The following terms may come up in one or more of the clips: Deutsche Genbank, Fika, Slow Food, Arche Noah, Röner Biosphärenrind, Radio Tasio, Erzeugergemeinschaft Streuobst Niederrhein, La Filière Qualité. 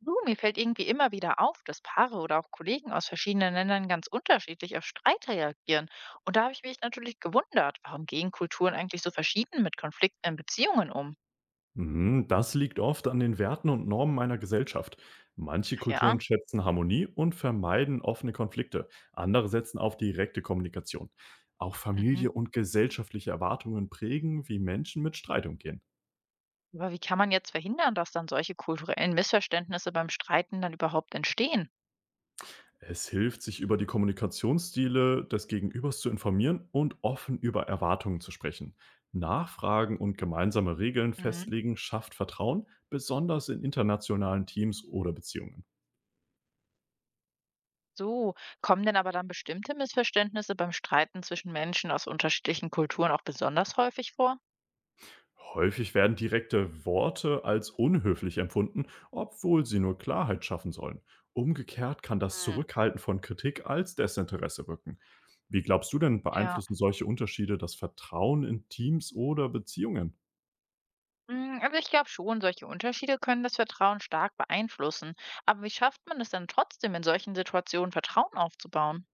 Du, mir fällt irgendwie immer wieder auf, dass Paare oder auch Kollegen aus verschiedenen Ländern ganz unterschiedlich auf Streit reagieren. Und da habe ich mich natürlich gewundert, warum gehen Kulturen eigentlich so verschieden mit Konflikten in Beziehungen um? Mhm. Das liegt oft an den Werten und Normen einer Gesellschaft. Manche Ach ja. Kulturen schätzen Harmonie und vermeiden offene Konflikte. Andere setzen auf direkte Kommunikation. Auch Mhm. Familie und gesellschaftliche Erwartungen prägen, wie Menschen mit Streit umgehen. Aber wie kann man jetzt verhindern, dass dann solche kulturellen Missverständnisse beim Streiten dann überhaupt entstehen? Es hilft, sich über die Kommunikationsstile des Gegenübers zu informieren und offen über Erwartungen zu sprechen. Nachfragen und gemeinsame Regeln Mhm. festlegen schafft Vertrauen, besonders in internationalen Teams oder Beziehungen. So, kommen denn aber dann bestimmte Missverständnisse beim Streiten zwischen Menschen aus unterschiedlichen Kulturen auch besonders häufig vor? Häufig werden direkte Worte als unhöflich empfunden, obwohl sie nur Klarheit schaffen sollen. Umgekehrt kann das Mhm. Zurückhalten von Kritik als Desinteresse wirken. Wie glaubst du denn, Ja. beeinflussen solche Unterschiede das Vertrauen in Teams oder Beziehungen? Also ich glaube schon, solche Unterschiede können das Vertrauen stark beeinflussen. Aber wie schafft man es dann trotzdem, in solchen Situationen Vertrauen aufzubauen?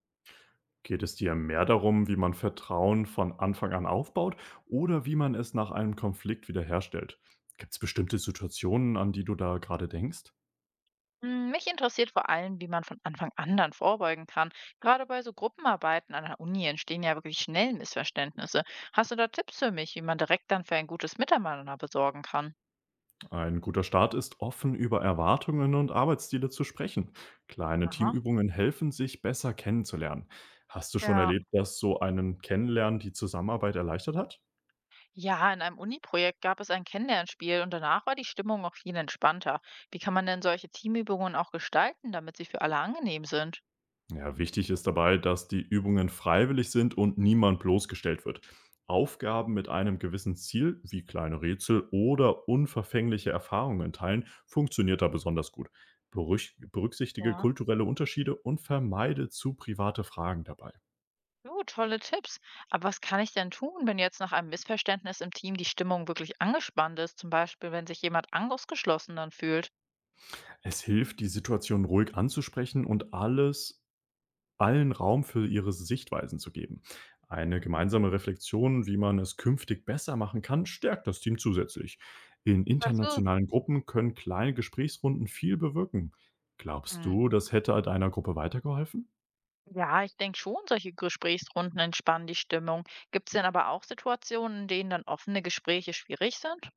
Geht es dir mehr darum, wie man Vertrauen von Anfang an aufbaut oder wie man es nach einem Konflikt wiederherstellt? Gibt es bestimmte Situationen, an die du da gerade denkst? Mich interessiert vor allem, wie man von Anfang an dann vorbeugen kann. Gerade bei so Gruppenarbeiten an der Uni entstehen ja wirklich schnell Missverständnisse. Hast du da Tipps für mich, wie man direkt dann für ein gutes Miteinander besorgen kann? Ein guter Start ist, offen über Erwartungen und Arbeitsstile zu sprechen. Kleine Aha. Teamübungen helfen, sich besser kennenzulernen. Hast du schon Ja. erlebt, dass so einen Kennenlernen die Zusammenarbeit erleichtert hat? Ja, in einem Uni-Projekt gab es ein Kennenlernspiel und danach war die Stimmung auch viel entspannter. Wie kann man denn solche Teamübungen auch gestalten, damit sie für alle angenehm sind? Ja, wichtig ist dabei, dass die Übungen freiwillig sind und niemand bloßgestellt wird. Aufgaben mit einem gewissen Ziel, wie kleine Rätsel oder unverfängliche Erfahrungen teilen, funktioniert da besonders gut. Berücksichtige Ja. kulturelle Unterschiede und vermeide zu private Fragen dabei. Oh, tolle Tipps. Aber was kann ich denn tun, wenn jetzt nach einem Missverständnis im Team die Stimmung wirklich angespannt ist? Zum Beispiel, wenn sich jemand ausgeschlossen dann fühlt. Es hilft, die Situation ruhig anzusprechen und allen Raum für ihre Sichtweisen zu geben. Eine Mhm. gemeinsame Reflexion, wie man es künftig besser machen kann, stärkt das Team zusätzlich. In Weißt du? internationalen Gruppen können kleine Gesprächsrunden viel bewirken. Glaubst Hm. du, das hätte deiner Gruppe weitergeholfen? Ja, ich denke schon, solche Gesprächsrunden entspannen die Stimmung. Gibt es denn aber auch Situationen, in denen dann offene Gespräche schwierig sind?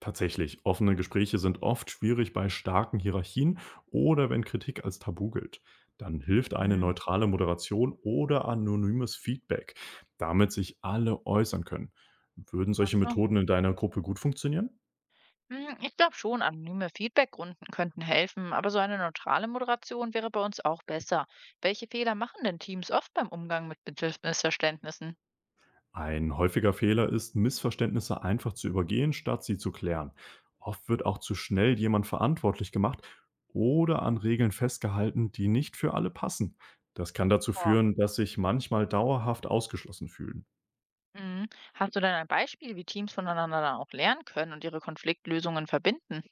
Tatsächlich, offene Gespräche sind oft schwierig bei starken Hierarchien oder wenn Kritik als tabu gilt. Dann hilft eine Mhm. neutrale Moderation oder anonymes Feedback, damit sich alle äußern können. Würden Ach solche so. Methoden in deiner Gruppe gut funktionieren? Ich glaube schon, anonyme Feedbackrunden könnten helfen, aber so eine neutrale Moderation wäre bei uns auch besser. Welche Fehler machen denn Teams oft beim Umgang mit Missverständnissen? Ein häufiger Fehler ist, Missverständnisse einfach zu übergehen, statt sie zu klären. Oft wird auch zu schnell jemand verantwortlich gemacht oder an Regeln festgehalten, die nicht für alle passen. Das kann dazu führen, dass sich manchmal dauerhaft ausgeschlossen fühlen. Mhm. Hast du denn ein Beispiel, wie Teams voneinander dann auch lernen können und ihre Konfliktlösungen verbinden?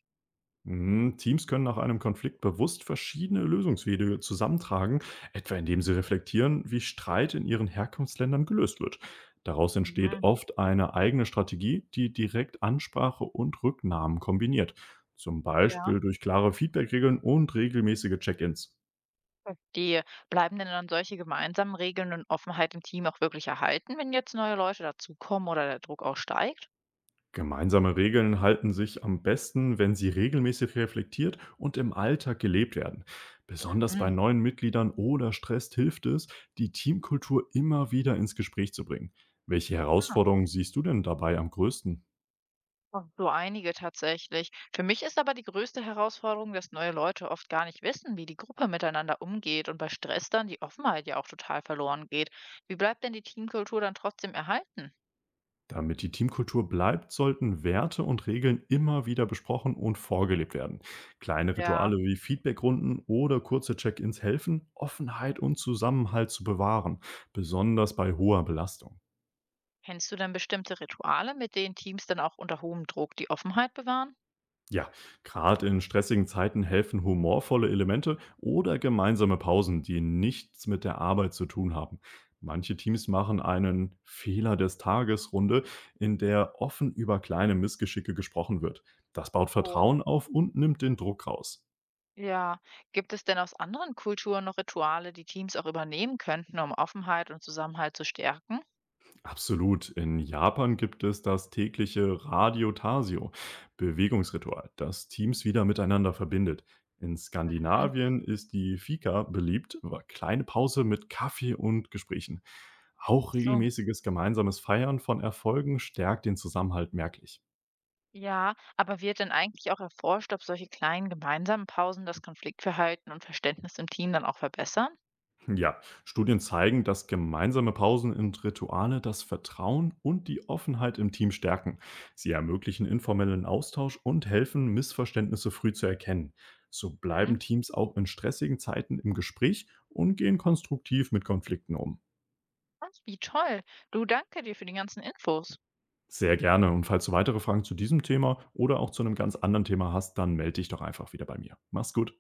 Mhm. Teams können nach einem Konflikt bewusst verschiedene Lösungswege zusammentragen, etwa indem sie reflektieren, wie Streit in ihren Herkunftsländern gelöst wird. Daraus entsteht Mhm. oft eine eigene Strategie, die direkt Ansprache und Rücknahmen kombiniert, zum Beispiel Ja. durch klare Feedbackregeln und regelmäßige Check-ins. Verstehe. Bleiben denn dann solche gemeinsamen Regeln und Offenheit im Team auch wirklich erhalten, wenn jetzt neue Leute dazukommen oder der Druck auch steigt? Gemeinsame Regeln halten sich am besten, wenn sie regelmäßig reflektiert und im Alltag gelebt werden. Besonders bei Mhm. neuen Mitgliedern oder Stress hilft es, die Teamkultur immer wieder ins Gespräch zu bringen. Welche Ah, Herausforderungen siehst du denn dabei am größten? doch so einige tatsächlich. Für mich ist aber die größte Herausforderung, dass neue Leute oft gar nicht wissen, wie die Gruppe miteinander umgeht und bei Stress dann die Offenheit ja auch total verloren geht. Wie bleibt denn die Teamkultur dann trotzdem erhalten? Damit die Teamkultur bleibt, sollten Werte und Regeln immer wieder besprochen und vorgelebt werden. Kleine Ja. Rituale wie Feedbackrunden oder kurze Check-ins helfen, Offenheit und Zusammenhalt zu bewahren, besonders bei hoher Belastung. Kennst du denn bestimmte Rituale, mit denen Teams dann auch unter hohem Druck die Offenheit bewahren? Ja, gerade in stressigen Zeiten helfen humorvolle Elemente oder gemeinsame Pausen, die nichts mit der Arbeit zu tun haben. Manche Teams machen einen Fehler des Tages Runde, in der offen über kleine Missgeschicke gesprochen wird. Das baut Oh, Vertrauen auf und nimmt den Druck raus. ja, gibt es denn aus anderen Kulturen noch Rituale, die Teams auch übernehmen könnten, um Offenheit und Zusammenhalt zu stärken? Absolut. In Japan gibt es das tägliche Radio Tasio, Bewegungsritual, das Teams wieder miteinander verbindet. In Mhm. Skandinavien ist die Fika beliebt, aber kleine Pause mit Kaffee und Gesprächen. Auch Ach so. regelmäßiges gemeinsames Feiern von Erfolgen stärkt den Zusammenhalt merklich. Ja, aber wird denn eigentlich auch erforscht, ob solche kleinen gemeinsamen Pausen das Konfliktverhalten und Verständnis im Team dann auch verbessern? Ja, Studien zeigen, dass gemeinsame Pausen und Rituale das Vertrauen und die Offenheit im Team stärken. Sie ermöglichen informellen Austausch und helfen, Missverständnisse früh zu erkennen. So bleiben Mhm. Teams auch in stressigen Zeiten im Gespräch und gehen konstruktiv mit Konflikten um. Ach, wie toll. Du, danke dir für die ganzen Infos. Sehr gerne. Und falls du weitere Fragen zu diesem Thema oder auch zu einem ganz anderen Thema hast, dann melde dich doch einfach wieder bei mir. Mach's gut.